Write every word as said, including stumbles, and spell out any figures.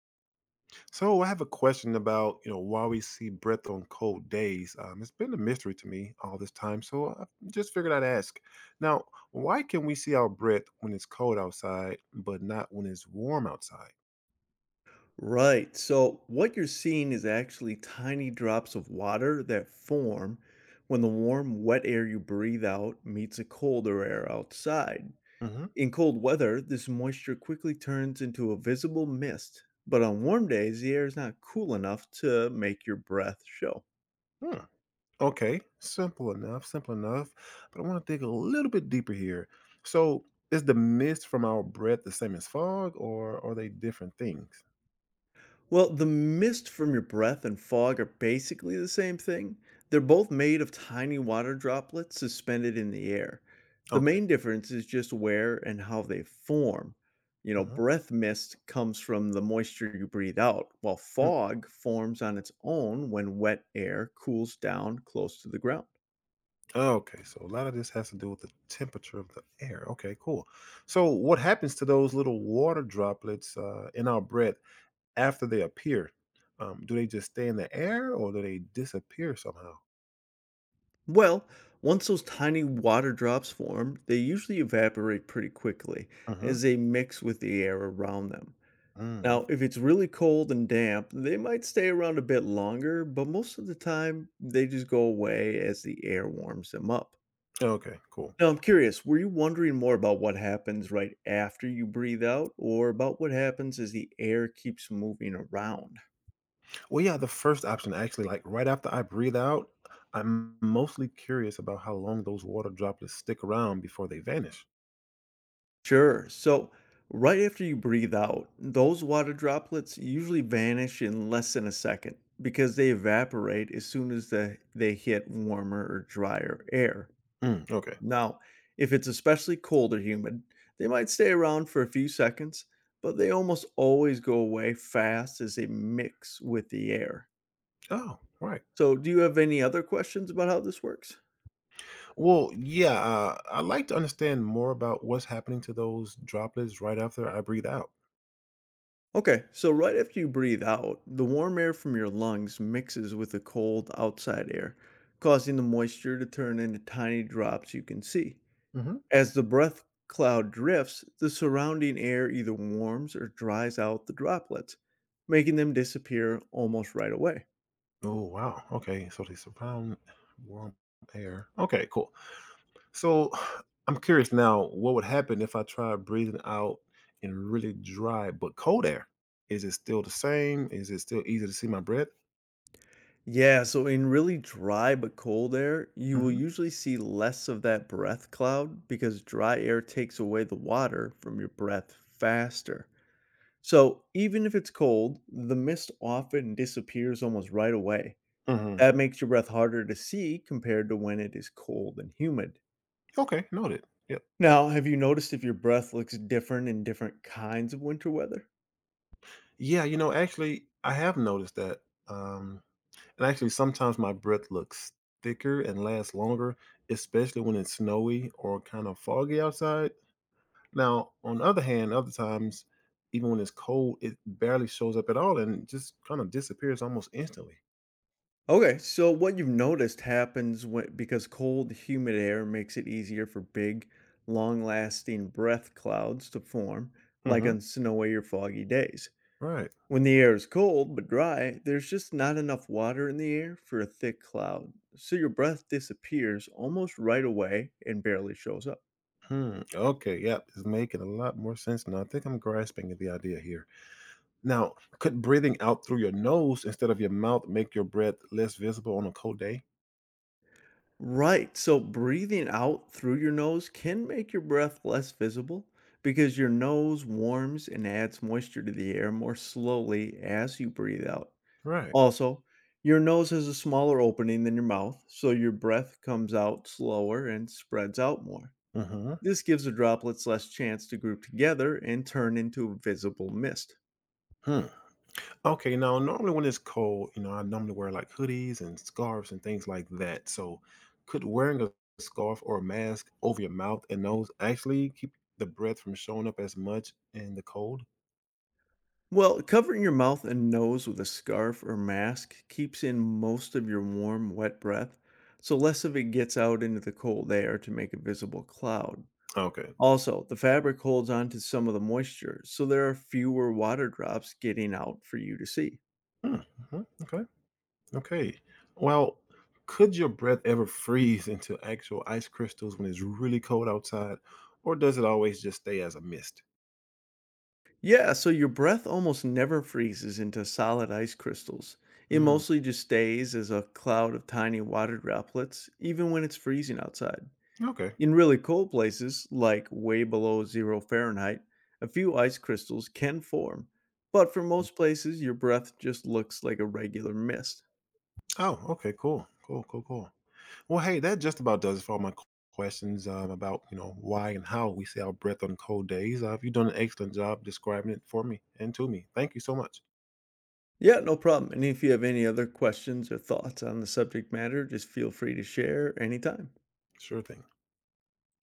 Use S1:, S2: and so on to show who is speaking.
S1: So I have a question about, you know, why we see breath on cold days. Um, it's been a mystery to me all this time, so I just figured I'd ask. Now, why can we see our breath when it's cold outside, but not when it's warm outside?
S2: Right. So what you're seeing is actually tiny drops of water that form when the warm, wet air you breathe out meets a colder air outside.
S1: Hmm.
S2: In cold weather, this moisture quickly turns into a visible mist, but on warm days, the air is not cool enough to make your breath show.
S1: Hmm. Okay, simple enough, simple enough. But I want to dig a little bit deeper here. So, is the mist from our breath the same as fog, or are they different things?
S2: Well, the mist from your breath and fog are basically the same thing. They're both made of tiny water droplets suspended in the air. The
S1: Okay.
S2: main difference is just where and how they form. You know,
S1: Uh-huh.
S2: breath mist comes from the moisture you breathe out, while fog forms on its own when wet air cools down close to the ground.
S1: Oh, okay, so a lot of this has to do with the temperature of the air. Okay, cool. So, what happens to those little water droplets uh, in our breath after they appear? Um, do they just stay in the air or do they disappear somehow?
S2: Well, once those tiny water drops form, they usually evaporate pretty quickly
S1: Hmm.
S2: as they mix with the air around them.
S1: Mm.
S2: Now, if it's really cold and damp, they might stay around a bit longer, but most of the time they just go away as the air warms them up.
S1: Okay, cool.
S2: Now, I'm curious, were you wondering more about what happens right after you breathe out or about what happens as the air keeps moving around?
S1: Well, yeah, the first option actually, like right after I breathe out, I'm mostly curious about how long those water droplets stick around before they vanish.
S2: Sure. So, right after you breathe out, those water droplets usually vanish in less than a second because they evaporate as soon as the, they hit warmer or drier air.
S1: Mm, okay.
S2: Now, if it's especially cold or humid, they might stay around for a few seconds, but they almost always go away fast as they mix with the air.
S1: Oh, right.
S2: So, do you have any other questions about how this works?
S1: Well, yeah, uh, I like to understand more about what's happening to those droplets right after I breathe out.
S2: Okay, so right after you breathe out, the warm air from your lungs mixes with the cold outside air, causing the moisture to turn into tiny drops you can see.
S1: Hmm.
S2: As the breath cloud drifts, the surrounding air either warms or dries out the droplets, making them disappear almost right away.
S1: Oh, wow. Okay. So they surround warm air. Okay, cool. So I'm curious now what would happen if I tried breathing out in really dry but cold air? Is it still the same? Is it still easy to see my breath?
S2: Yeah, so in really dry but cold air, you will
S1: Hmm.
S2: usually see less of that breath cloud because dry air takes away the water from your breath faster. So even if it's cold, the mist often disappears almost right away.
S1: Hmm.
S2: That makes your breath harder to see compared to when it is cold and humid.
S1: Okay, noted. Yep.
S2: Now, have you noticed if your breath looks different in different kinds of winter weather?
S1: Yeah, you know, actually, I have noticed that. Um, and actually, sometimes my breath looks thicker and lasts longer, especially when it's snowy or kind of foggy outside. Now, on the other hand, other times, even when it's cold, it barely shows up at all and just kind of disappears almost instantly.
S2: Okay, so what you've noticed happens when, because cold, humid air makes it easier for big, long lasting breath clouds to form, like
S1: Hmm.
S2: on snowy or foggy days.
S1: Right.
S2: When the air is cold but dry, there's just not enough water in the air for a thick cloud, so your breath disappears almost right away and barely shows up.
S1: Hmm. Okay. Yep. It's making a lot more sense now. I think I'm grasping at the idea here. Now, could breathing out through your nose instead of your mouth make your breath less visible on a cold day?
S2: Right. So breathing out through your nose can make your breath less visible because your nose warms and adds moisture to the air more slowly as you breathe out.
S1: Right.
S2: Also, your nose has a smaller opening than your mouth, so your breath comes out slower and spreads out more.
S1: Mhm.
S2: This gives the droplets less chance to group together and turn into a visible mist.
S1: Hmm. Okay, now normally when it's cold, you know, I normally wear like hoodies and scarves and things like that. So, could wearing a scarf or a mask over your mouth and nose actually keep the breath from showing up as much in the cold?
S2: Well, covering your mouth and nose with a scarf or mask keeps in most of your warm, wet breath, so less of it gets out into the cold air to make a visible cloud.
S1: Okay.
S2: Also, the fabric holds on to some of the moisture, so there are fewer water drops getting out for you to see.
S1: Hmm. Mhm, okay. Okay. Well, could your breath ever freeze into actual ice crystals when it's really cold outside, or does it always just stay as a mist?
S2: Yeah, so your breath almost never freezes into solid ice crystals. It
S1: Hmm.
S2: mostly just stays as a cloud of tiny water droplets, even when it's freezing outside.
S1: Okay.
S2: In really cold places, like way below zero Fahrenheit, a few ice crystals can form, but for most places, your breath just looks like a regular mist.
S1: Oh, okay, cool, cool, cool, cool. Well, hey, that just about does it for all my q- questions um, about you know why and how we say our breath on cold days. Uh, you've done an excellent job describing it for me and to me. Thank you so much.
S2: Yeah, no problem. And if you have any other questions or thoughts on the subject matter, just feel free to share anytime.
S1: Sure thing.